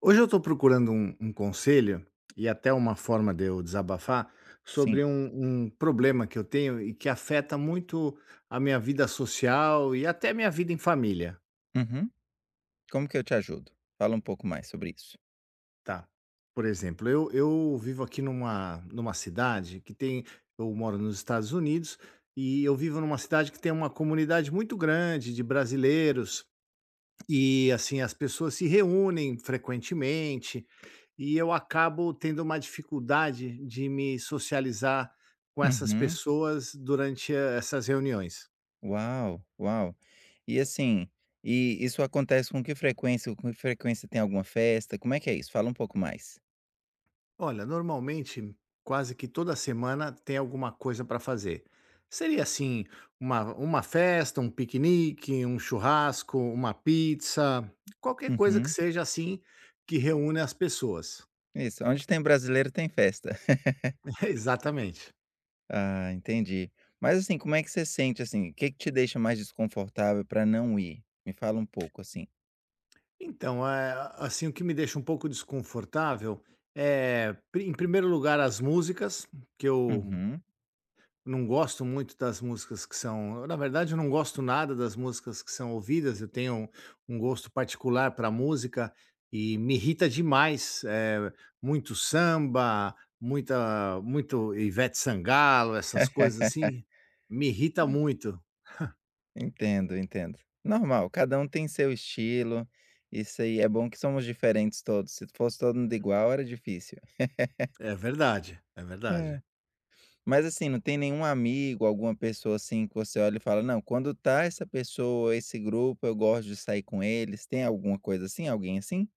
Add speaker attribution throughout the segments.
Speaker 1: Hoje eu estou procurando um conselho e até uma forma de eu desabafar
Speaker 2: Sim.
Speaker 1: sobre um problema que eu tenho e que afeta muito a minha vida social e até a minha vida em família,
Speaker 2: Uhum. Como que eu te ajudo? Fala um pouco mais sobre isso.
Speaker 1: tá? Por exemplo, eu vivo aqui numa cidade que tem. Eu moro nos Estados Unidos e eu vivo numa cidade que tem uma comunidade muito grande de brasileiros. E assim, as pessoas se reúnem frequentemente e eu acabo tendo uma dificuldade de me socializar com essas
Speaker 2: Uhum.
Speaker 1: pessoas durante essas reuniões.
Speaker 2: Uau, uau. E assim, isso acontece com que frequência? Com que frequência tem alguma festa? Como é que é isso? Fala um pouco mais.
Speaker 1: Olha, normalmente, quase que toda semana tem alguma coisa para fazer. Seria assim, uma festa, um piquenique, um churrasco, uma pizza, qualquer coisa que
Speaker 2: Uhum.
Speaker 1: seja assim que reúne as pessoas.
Speaker 2: Isso. Onde tem brasileiro tem festa.
Speaker 1: Exatamente.
Speaker 2: Ah, entendi. Mas assim, como é que você sente assim? O que que te deixa mais desconfortável para não ir? Me fala um pouco assim.
Speaker 1: Então, é, assim, o que me deixa um pouco desconfortável é, em primeiro lugar, as músicas, que eu
Speaker 2: Uhum.
Speaker 1: não gosto muito das músicas que são. Na verdade, eu não gosto nada das músicas que são ouvidas, eu tenho um gosto particular para música e me irrita demais. É, muito samba, muito Ivete Sangalo, essas coisas assim, me irrita muito.
Speaker 2: Entendo, entendo. Normal, cada um tem seu estilo. Isso aí é bom que somos diferentes todos. Se fosse todo mundo igual, era difícil.
Speaker 1: É verdade, é verdade.
Speaker 2: É. Mas assim, não tem nenhum amigo, alguma pessoa assim que você olha e fala: "Não, quando tá essa pessoa, esse grupo, eu gosto de sair com eles". Tem alguma coisa assim? Alguém assim?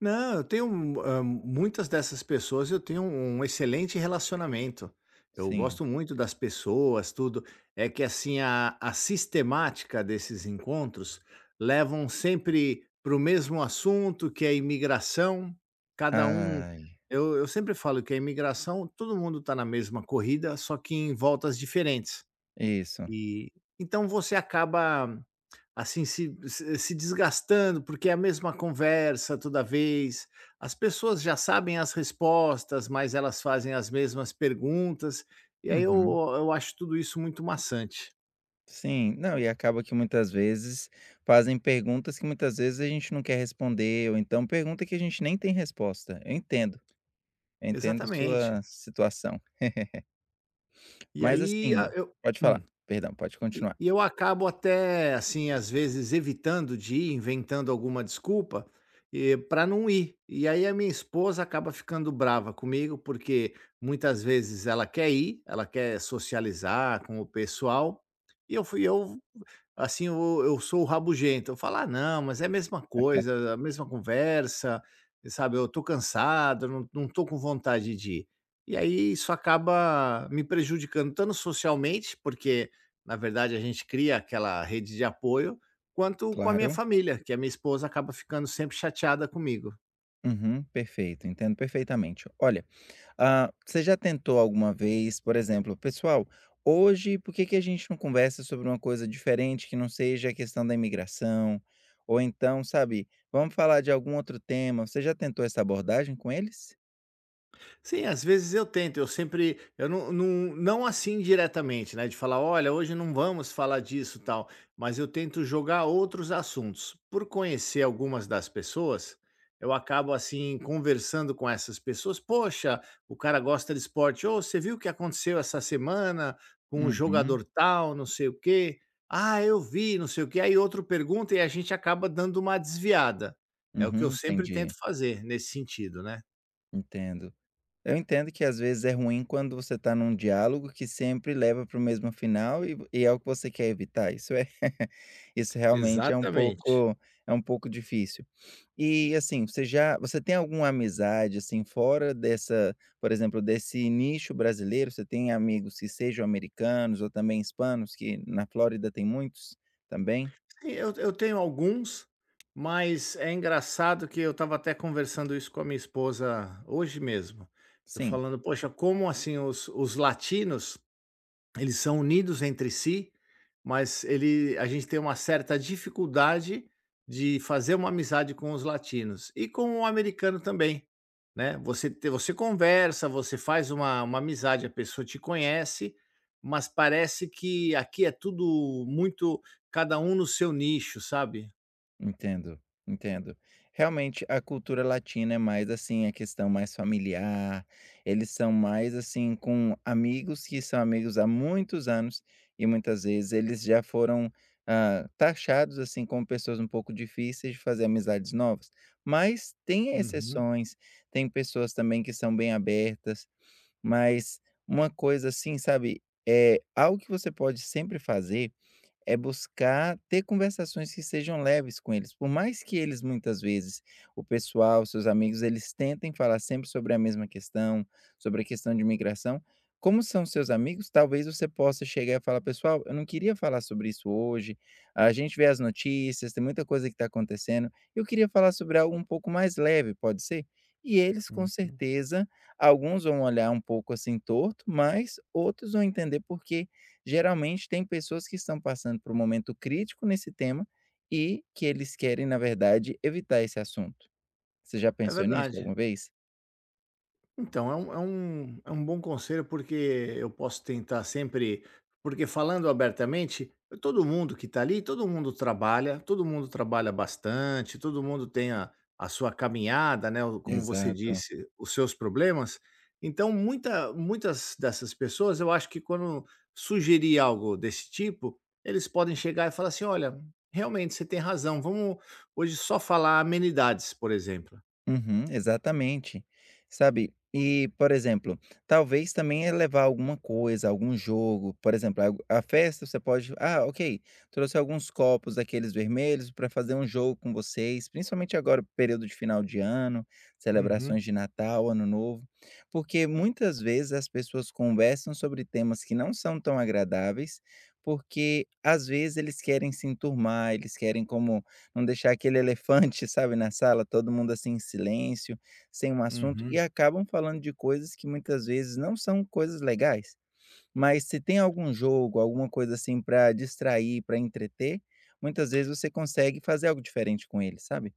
Speaker 1: Não, eu tenho, muitas dessas pessoas eu tenho um excelente relacionamento. Eu
Speaker 2: Sim.
Speaker 1: gosto muito das pessoas, tudo. É que, assim, a sistemática desses encontros levam sempre para o mesmo assunto, que é a imigração. Cada um
Speaker 2: Ai,
Speaker 1: eu sempre falo que a imigração, todo mundo está na mesma corrida, só que em voltas diferentes.
Speaker 2: isso.
Speaker 1: E então você acaba. Assim, se desgastando, porque é a mesma conversa toda vez, as pessoas já sabem as respostas, mas elas fazem as mesmas perguntas, e aí eu
Speaker 2: Uhum.
Speaker 1: eu acho tudo isso muito maçante.
Speaker 2: Sim. Não, e acaba que muitas vezes fazem perguntas que muitas vezes a gente não quer responder, ou então pergunta que a gente nem tem resposta. Eu entendo. Eu entendo
Speaker 1: Exatamente.
Speaker 2: sua situação.
Speaker 1: E
Speaker 2: Mas
Speaker 1: aí a
Speaker 2: assim
Speaker 1: eu
Speaker 2: pode falar,
Speaker 1: hum.
Speaker 2: perdão, pode
Speaker 1: E
Speaker 2: continuar.
Speaker 1: e eu acabo até, assim, às vezes evitando de ir, inventando alguma desculpa, pra não ir. E aí a minha esposa acaba ficando brava comigo, porque muitas vezes ela quer ir, ela quer socializar com o pessoal, e eu assim, eu sou o rabugento, eu falo: "Ah, não, mas é a mesma coisa, a mesma conversa, sabe, eu tô cansado, não tô com vontade de ir". E aí isso acaba me prejudicando tanto socialmente, porque na verdade, a gente cria aquela rede de apoio, quanto com a minha
Speaker 2: Claro.
Speaker 1: família, que a minha esposa acaba ficando sempre chateada comigo.
Speaker 2: Uhum, perfeito, entendo perfeitamente. Olha, ah, você já tentou alguma vez, por exemplo: "Pessoal, hoje por que que a gente não conversa sobre uma coisa diferente que não seja a questão da imigração?" Ou então, sabe: "Vamos falar de algum outro tema." Você já tentou essa abordagem com eles?
Speaker 1: Sim, às vezes eu tento, eu sempre, eu não, não, não assim diretamente, né? De falar, olha, hoje não vamos falar disso tal, mas eu tento jogar outros assuntos. Por conhecer algumas das pessoas, eu acabo assim conversando com essas pessoas. Poxa, o cara gosta de esporte, ou você viu o que aconteceu essa semana com o
Speaker 2: Uhum,
Speaker 1: jogador tal, não sei o quê. Ah, eu vi, não sei o quê. Aí outro pergunta e a gente acaba dando uma desviada. É o que eu
Speaker 2: uhum,
Speaker 1: sempre tento
Speaker 2: entendi,
Speaker 1: fazer nesse sentido, né?
Speaker 2: entendo. Eu entendo que às vezes é ruim quando você está num diálogo que sempre leva para o mesmo final e é o que você quer evitar, isso é isso realmente
Speaker 1: Exatamente.
Speaker 2: é um pouco difícil. E, assim, você tem alguma amizade, assim, fora dessa por exemplo, desse nicho brasileiro, você tem amigos que sejam americanos ou também hispanos, que na Flórida tem muitos também?
Speaker 1: Sim, eu tenho alguns, mas é engraçado que eu estava até conversando isso com a minha esposa hoje mesmo. Eu
Speaker 2: Sim.
Speaker 1: falando: "Poxa, como assim os latinos eles são unidos entre si, mas ele a gente tem uma certa dificuldade de fazer uma amizade com os latinos e com o americano também, né. Você conversa, você faz uma amizade, a pessoa te conhece, mas parece que aqui é tudo muito cada um no seu nicho, sabe.
Speaker 2: Entendo, entendo. Realmente a cultura latina é mais assim, a questão mais familiar, eles são mais assim com amigos que são amigos há muitos anos e muitas vezes eles já foram, ah, taxados assim como pessoas um pouco difíceis de fazer amizades novas. Mas tem
Speaker 1: Uhum,
Speaker 2: exceções, tem pessoas também que são bem abertas, mas uma coisa assim, sabe, é algo que você pode sempre fazer é buscar ter conversações que sejam leves com eles, por mais que eles muitas vezes, o pessoal, os seus amigos, eles tentem falar sempre sobre a mesma questão, sobre a questão de imigração, como são seus amigos, talvez você possa chegar e falar: "Pessoal, eu não queria falar sobre isso hoje, a gente vê as notícias, tem muita coisa que está acontecendo, eu queria falar sobre algo um pouco mais leve, pode ser?" E eles com
Speaker 1: uhum.
Speaker 2: certeza, alguns vão olhar um pouco assim torto, mas outros vão entender porque geralmente tem pessoas que estão passando por um momento crítico nesse tema e que eles querem, na verdade, evitar esse assunto. Você já
Speaker 1: É
Speaker 2: pensou nisso
Speaker 1: verdade.
Speaker 2: alguma vez?
Speaker 1: Então, é um bom conselho, porque eu posso tentar sempre porque falando abertamente, todo mundo que está ali, todo mundo trabalha bastante, todo mundo tem a sua caminhada, né, o como você
Speaker 2: Exato.
Speaker 1: disse, os seus problemas. Então muitas dessas pessoas, eu acho que quando sugerir algo desse tipo, eles podem chegar e falar assim: "Olha, realmente você tem razão, vamos hoje só falar amenidades", por exemplo.
Speaker 2: Uhum, exatamente. Sabe, e, por exemplo, talvez também é levar alguma coisa, algum jogo, por exemplo, a festa você pode, ah, ok, trouxe alguns copos daqueles vermelhos para fazer um jogo com vocês, principalmente agora, período de final de ano,
Speaker 1: Uhum,
Speaker 2: celebrações de Natal, Ano Novo, porque muitas vezes as pessoas conversam sobre temas que não são tão agradáveis, porque às vezes eles querem se enturmar, eles querem como não deixar aquele elefante, sabe, na sala, todo mundo assim em silêncio, sem um assunto, e
Speaker 1: uhum.
Speaker 2: acabam falando de coisas que muitas vezes não são coisas legais. Mas se tem algum jogo, alguma coisa assim para distrair, para entreter, muitas vezes você consegue fazer algo diferente com ele, sabe?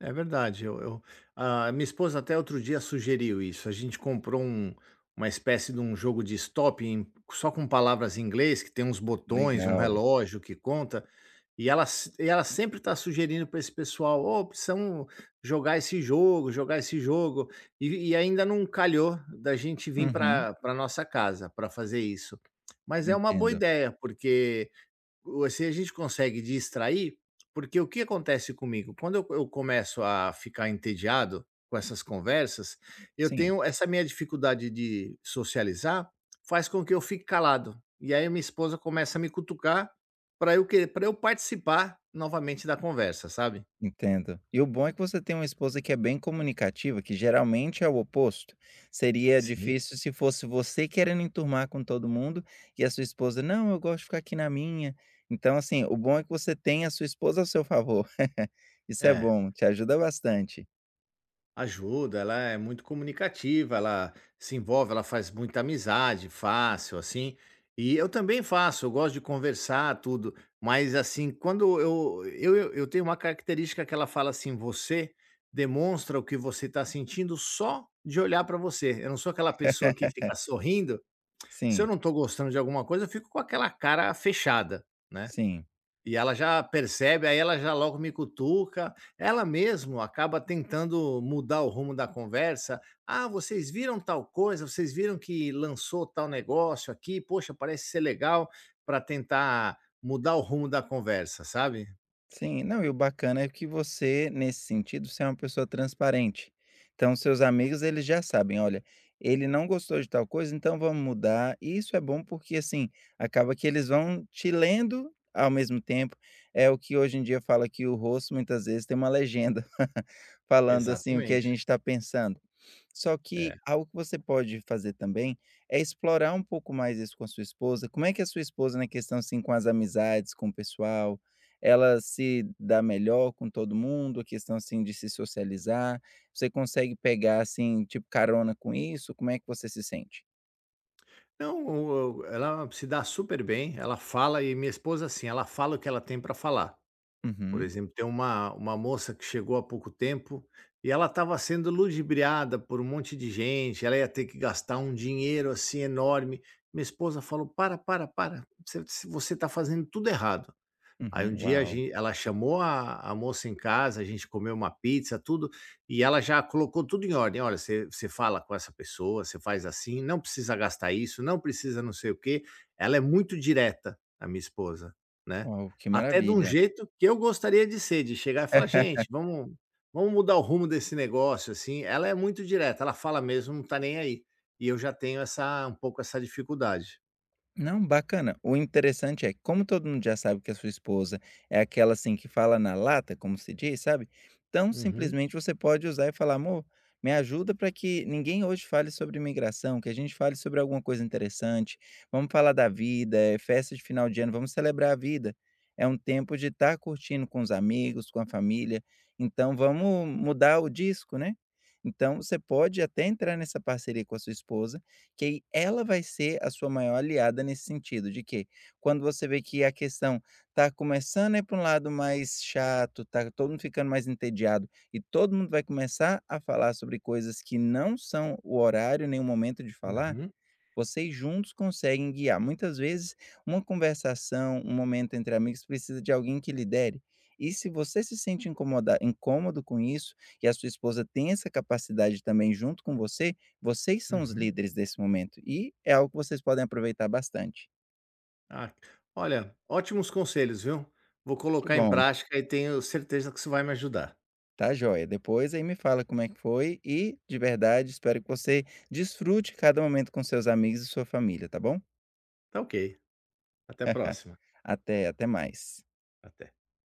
Speaker 1: É verdade, eu a minha esposa até outro dia sugeriu isso, a gente comprou uma espécie de um jogo de stop em só com palavras em inglês, que tem uns botões e um
Speaker 2: Legal.
Speaker 1: relógio que conta, e ela se e ela sempre está sugerindo para esse pessoal: "Ô, precisamos jogar esse jogo", e ainda não calhou da gente vir
Speaker 2: Uhum,
Speaker 1: para pra nossa casa para fazer isso. Mas é uma boa
Speaker 2: entendo.
Speaker 1: ideia, porque assim a gente consegue distrair, porque o que acontece comigo? Quando eu começo a ficar entediado com essas conversas, eu
Speaker 2: Sim.
Speaker 1: tenho essa minha dificuldade de socializar, faz com que eu fique calado. E aí minha esposa começa a me cutucar para eu querer para eu participar novamente da conversa, sabe?
Speaker 2: Entendo. E o bom é que você tem uma esposa que é bem comunicativa, que geralmente é o oposto. Seria
Speaker 1: Sim.
Speaker 2: difícil se fosse você querendo enturmar com todo mundo e a sua esposa, não, eu gosto de ficar aqui na minha. Então, assim, o bom é que você tem a sua esposa ao seu favor. Isso é
Speaker 1: É.
Speaker 2: bom, te ajuda bastante.
Speaker 1: Ajuda, ela é muito comunicativa, ela se envolve, ela faz muita amizade, fácil, assim. E eu também faço, eu gosto de conversar, tudo. Mas, assim, quando eu tenho uma característica que ela fala assim: você demonstra o que você está sentindo só de olhar para você. Eu não sou aquela pessoa que fica sorrindo. Se eu
Speaker 2: Sim,
Speaker 1: não estou gostando de alguma coisa, eu fico com aquela cara fechada, né?
Speaker 2: sim.
Speaker 1: E ela já percebe, aí ela já logo me cutuca. Ela mesmo acaba tentando mudar o rumo da conversa. "Ah, vocês viram tal coisa? Vocês viram que lançou tal negócio aqui? Poxa, parece ser legal", para tentar mudar o rumo da conversa, sabe?
Speaker 2: Sim, não, e o bacana é que você, nesse sentido, você é uma pessoa transparente. Então, seus amigos, eles já sabem, olha, ele não gostou de tal coisa, então vamos mudar. E isso é bom porque, assim, acaba que eles vão te lendo ao mesmo tempo. É o que hoje em dia fala que o rosto, muitas vezes, tem uma legenda falando, assim, o que a
Speaker 1: Exatamente.
Speaker 2: gente está pensando. Só
Speaker 1: É.
Speaker 2: que algo que você pode fazer também é explorar um pouco mais isso com a sua esposa. Como é que a sua esposa, na questão, assim, com as amizades, com o pessoal? Ela se dá melhor com todo mundo, a questão, assim, de se socializar? Você consegue pegar, assim, tipo, carona com isso? Como é que você se sente?
Speaker 1: Não, o ela se dá super bem, ela fala e minha esposa, assim, ela fala o que ela tem para falar. Por
Speaker 2: Uhum,
Speaker 1: exemplo, tem uma moça que chegou há pouco tempo e ela estava sendo ludibriada por um monte de gente, ela ia ter que gastar um dinheiro, assim, enorme. Minha esposa falou: "Para, para, para, você está fazendo tudo errado". Aí um
Speaker 2: uhum.
Speaker 1: dia a
Speaker 2: Uau,
Speaker 1: gen ela chamou a moça em casa, a gente comeu uma pizza, tudo, e ela já colocou tudo em ordem: "Olha, você fala com essa pessoa, você faz assim, não precisa gastar isso, não precisa não sei o quê". Ela é muito direta, a minha esposa, né.
Speaker 2: uau, que
Speaker 1: Até de um
Speaker 2: maravilha.
Speaker 1: jeito que eu gostaria de ser, de chegar e falar: "Gente, vamos mudar o rumo desse negócio", assim. Ela é muito direta, ela fala mesmo, não tá nem aí. E eu já tenho essa um pouco essa dificuldade.
Speaker 2: Não, bacana. O interessante é, como todo mundo já sabe que a sua esposa é aquela assim que fala na lata, como se diz, sabe? Então,
Speaker 1: Uhum,
Speaker 2: simplesmente você pode usar e falar, amor, me ajuda para que ninguém hoje fale sobre imigração, que a gente fale sobre alguma coisa interessante. Vamos falar da vida, é festa de final de ano, vamos celebrar a vida. É um tempo de estar curtindo com os amigos, com a família. Então, vamos mudar o disco, né? Então, você pode até entrar nessa parceria com a sua esposa que aí ela vai ser a sua maior aliada nesse sentido, de que quando você vê que a questão tá começando a ir para um lado mais chato, tá todo mundo ficando mais entediado e todo mundo vai começar a falar sobre coisas que não são o horário nem o momento de falar,
Speaker 1: uhum,
Speaker 2: vocês juntos conseguem guiar. Muitas vezes, uma conversação, um momento entre amigos precisa de alguém que lidere. E se você se sente incomoda incômodo com isso e a sua esposa tem essa capacidade também junto com você, vocês são os
Speaker 1: uhum.
Speaker 2: líderes desse momento e é algo que vocês podem aproveitar bastante.
Speaker 1: Ah, olha, ótimos conselhos, viu? Vou
Speaker 2: Que
Speaker 1: colocar em
Speaker 2: bom,
Speaker 1: prática e tenho certeza que isso vai me ajudar.
Speaker 2: tá joia. Depois aí me fala como é que foi e, de verdade, espero que você desfrute cada momento com seus amigos e sua família, tá bom?
Speaker 1: Tá ok. Até a próxima.
Speaker 2: Até, até mais.
Speaker 1: Até.